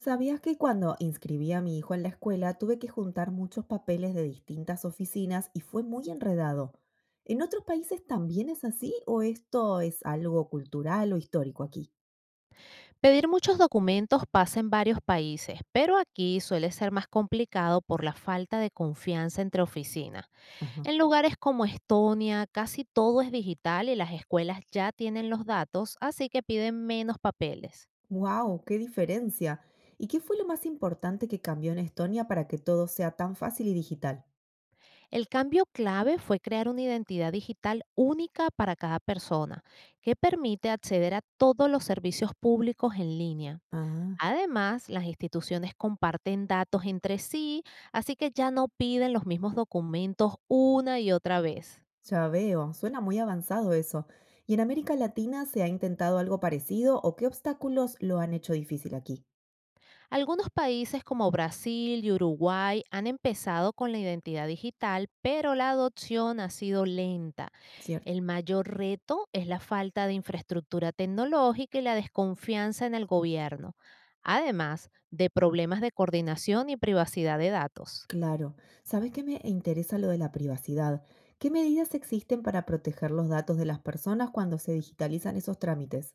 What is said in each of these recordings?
¿Sabías que cuando inscribí a mi hijo en la escuela tuve que juntar muchos papeles de distintas oficinas y fue muy enredado? ¿En otros países también es así o esto es algo cultural o histórico aquí? Pedir muchos documentos pasa en varios países, pero aquí suele ser más complicado por la falta de confianza entre oficinas. Ajá. En lugares como Estonia, casi todo es digital y las escuelas ya tienen los datos, así que piden menos papeles. ¡Wow! ¡Qué diferencia! ¿Y qué fue lo más importante que cambió en Estonia para que todo sea tan fácil y digital? El cambio clave fue crear una identidad digital única para cada persona, que permite acceder a todos los servicios públicos en línea. Ah, Además, las instituciones comparten datos entre sí, así que ya no piden los mismos documentos una y otra vez. ya veo, suena muy avanzado eso. ¿Y en América Latina se ha intentado algo parecido o qué obstáculos lo han hecho difícil aquí? Algunos países como Brasil y Uruguay han empezado con la identidad digital, pero la adopción ha sido lenta. ¿Cierto? El mayor reto es la falta de infraestructura tecnológica y la desconfianza en el gobierno, además de problemas de coordinación y privacidad de datos. Claro. ¿Sabes qué? Me interesa lo de la privacidad. ¿Qué medidas existen para proteger los datos de las personas cuando se digitalizan esos trámites?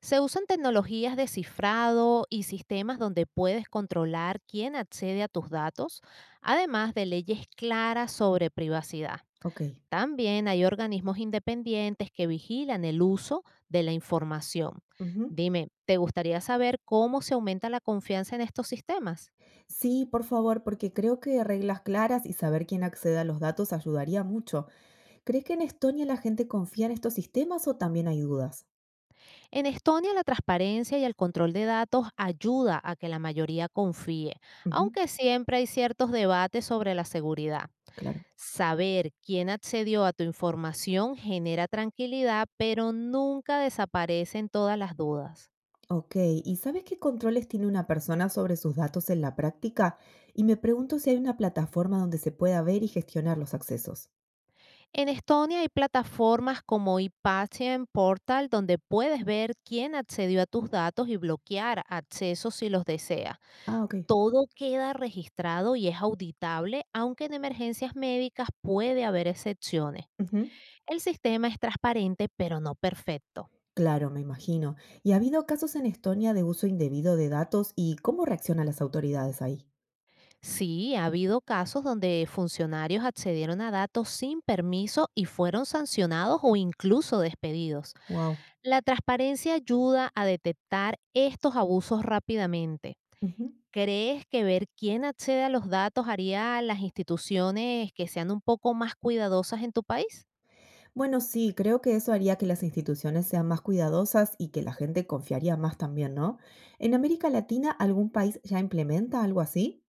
Se usan tecnologías de cifrado y sistemas donde puedes controlar quién accede a tus datos, además de leyes claras sobre privacidad. Ok. También hay organismos independientes que vigilan el uso de la información. Ujú. Dime, ¿te gustaría saber cómo se aumenta la confianza en estos sistemas? Sí, por favor, porque creo que reglas claras y saber quién accede a los datos ayudaría mucho. ¿Crees que en Estonia la gente confía en estos sistemas o también hay dudas? En Estonia la transparencia y el control de datos ayuda a que la mayoría confíe, Ujú, aunque siempre hay ciertos debates sobre la seguridad. claro. Saber quién accedió a tu información genera tranquilidad, pero nunca desaparecen todas las dudas. Ok, ¿y sabes qué controles tiene una persona sobre sus datos en la práctica? Y me pregunto si hay una plataforma donde se pueda ver y gestionar los accesos. En Estonia hay plataformas como ePatient Portal donde puedes ver quién accedió a tus datos y bloquear accesos si los desea. Ah, ok. Todo queda registrado y es auditable, aunque en emergencias médicas puede haber excepciones. Ujú. El sistema es transparente, pero no perfecto. Claro, me imagino. ¿Y ha habido casos en Estonia de uso indebido de datos y cómo reaccionan las autoridades ahí? Sí, ha habido casos donde funcionarios accedieron a datos sin permiso y fueron sancionados o incluso despedidos. Wow. La transparencia ayuda a detectar estos abusos rápidamente. ¿Crees que ver quién accede a los datos haría a las instituciones que sean un poco más cuidadosas en tu país? Bueno, sí, creo que eso haría que las instituciones sean más cuidadosas y que la gente confiaría más también, ¿no? ¿En América Latina algún país ya implementa algo así?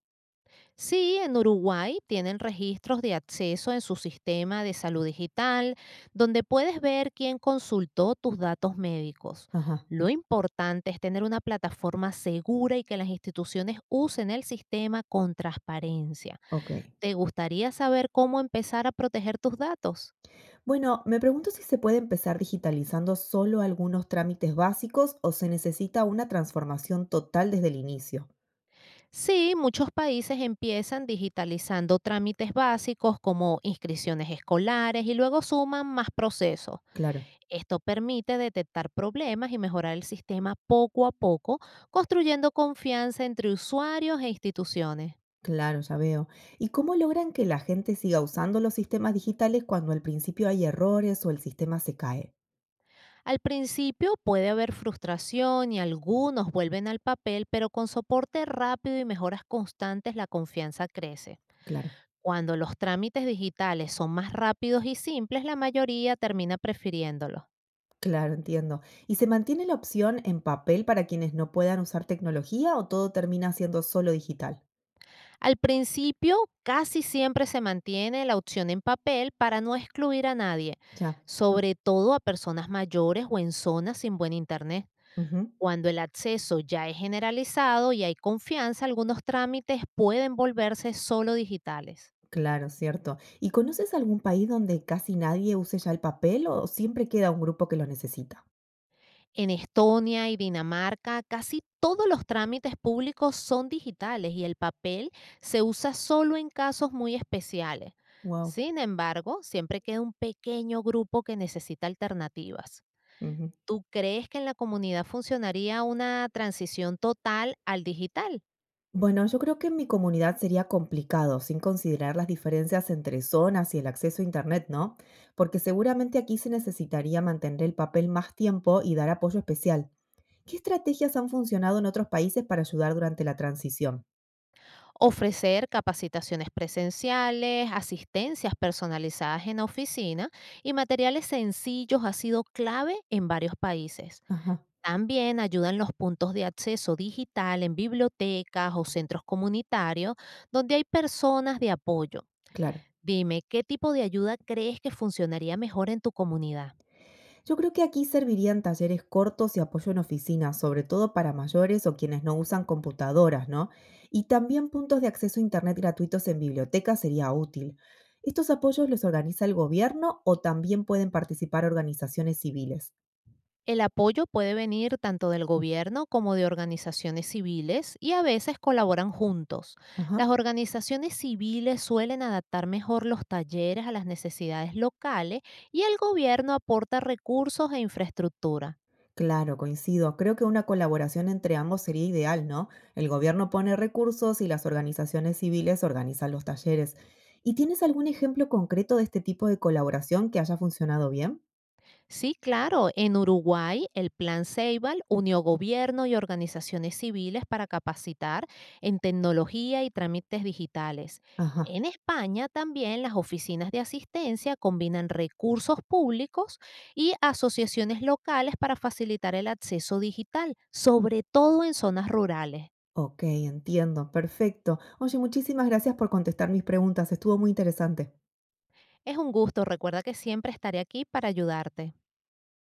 Sí, en Uruguay tienen registros de acceso en su sistema de salud digital, donde puedes ver quién consultó tus datos médicos. Ajá, Lo importante es tener una plataforma segura y que las instituciones usen el sistema con transparencia. ok. ¿Te gustaría saber cómo empezar a proteger tus datos? Bueno, me pregunto si se puede empezar digitalizando solo algunos trámites básicos o se necesita una transformación total desde el inicio. Sí, muchos países empiezan digitalizando trámites básicos como inscripciones escolares y luego suman más procesos. Claro. Esto permite detectar problemas y mejorar el sistema poco a poco, construyendo confianza entre usuarios e instituciones. Claro, ya veo. ¿Y cómo logran que la gente siga usando los sistemas digitales cuando al principio hay errores o el sistema se cae? Al principio puede haber frustración y algunos vuelven al papel, pero con soporte rápido y mejoras constantes la confianza crece. Claro, Cuando los trámites digitales son más rápidos y simples, la mayoría termina prefiriéndolos. claro, entiendo. ¿Y se mantiene la opción en papel para quienes no puedan usar tecnología o todo termina siendo solo digital? Al principio, casi siempre se mantiene la opción en papel para no excluir a nadie, Ya. sobre todo a personas mayores o en zonas sin buen internet. Ujú, Cuando el acceso ya es generalizado y hay confianza, algunos trámites pueden volverse solo digitales. claro, cierto. ¿Y conoces algún país donde casi nadie use ya el papel o siempre queda un grupo que lo necesita? En Estonia y Dinamarca, casi todos los trámites públicos son digitales y el papel se usa solo en casos muy especiales. Wow. Sin embargo, siempre queda un pequeño grupo que necesita alternativas. ¿Tú crees que en la comunidad funcionaría una transición total al digital? Bueno, yo creo que en mi comunidad sería complicado, sin considerar las diferencias entre zonas y el acceso a Internet, ¿no? Porque seguramente aquí se necesitaría mantener el papel más tiempo y dar apoyo especial. ¿Qué estrategias han funcionado en otros países para ayudar durante la transición? Ofrecer capacitaciones presenciales, asistencias personalizadas en oficina y materiales sencillos ha sido clave en varios países. Ajá, También ayudan los puntos de acceso digital en bibliotecas o centros comunitarios donde hay personas de apoyo. claro. Dime, ¿qué tipo de ayuda crees que funcionaría mejor en tu comunidad? Yo creo que aquí servirían talleres cortos y apoyo en oficinas, sobre todo para mayores o quienes no usan computadoras, ¿no? Y también puntos de acceso a Internet gratuitos en bibliotecas sería útil. ¿Estos apoyos los organiza el gobierno o también pueden participar organizaciones civiles? El apoyo puede venir tanto del gobierno como de organizaciones civiles y a veces colaboran juntos. Ajá. Las organizaciones civiles suelen adaptar mejor los talleres a las necesidades locales y el gobierno aporta recursos e infraestructura. Claro, coincido. Creo que una colaboración entre ambos sería ideal, ¿no? El gobierno pone recursos y las organizaciones civiles organizan los talleres. ¿Y tienes algún ejemplo concreto de este tipo de colaboración que haya funcionado bien? Sí, claro. En Uruguay, el Plan Ceibal unió gobierno y organizaciones civiles para capacitar en tecnología y trámites digitales. Ajá. En España también las oficinas de asistencia combinan recursos públicos y asociaciones locales para facilitar el acceso digital, sobre todo en zonas rurales. Ok, entiendo, perfecto. Oye, muchísimas gracias por contestar mis preguntas, estuvo muy interesante. Es un gusto, recuerda que siempre estaré aquí para ayudarte.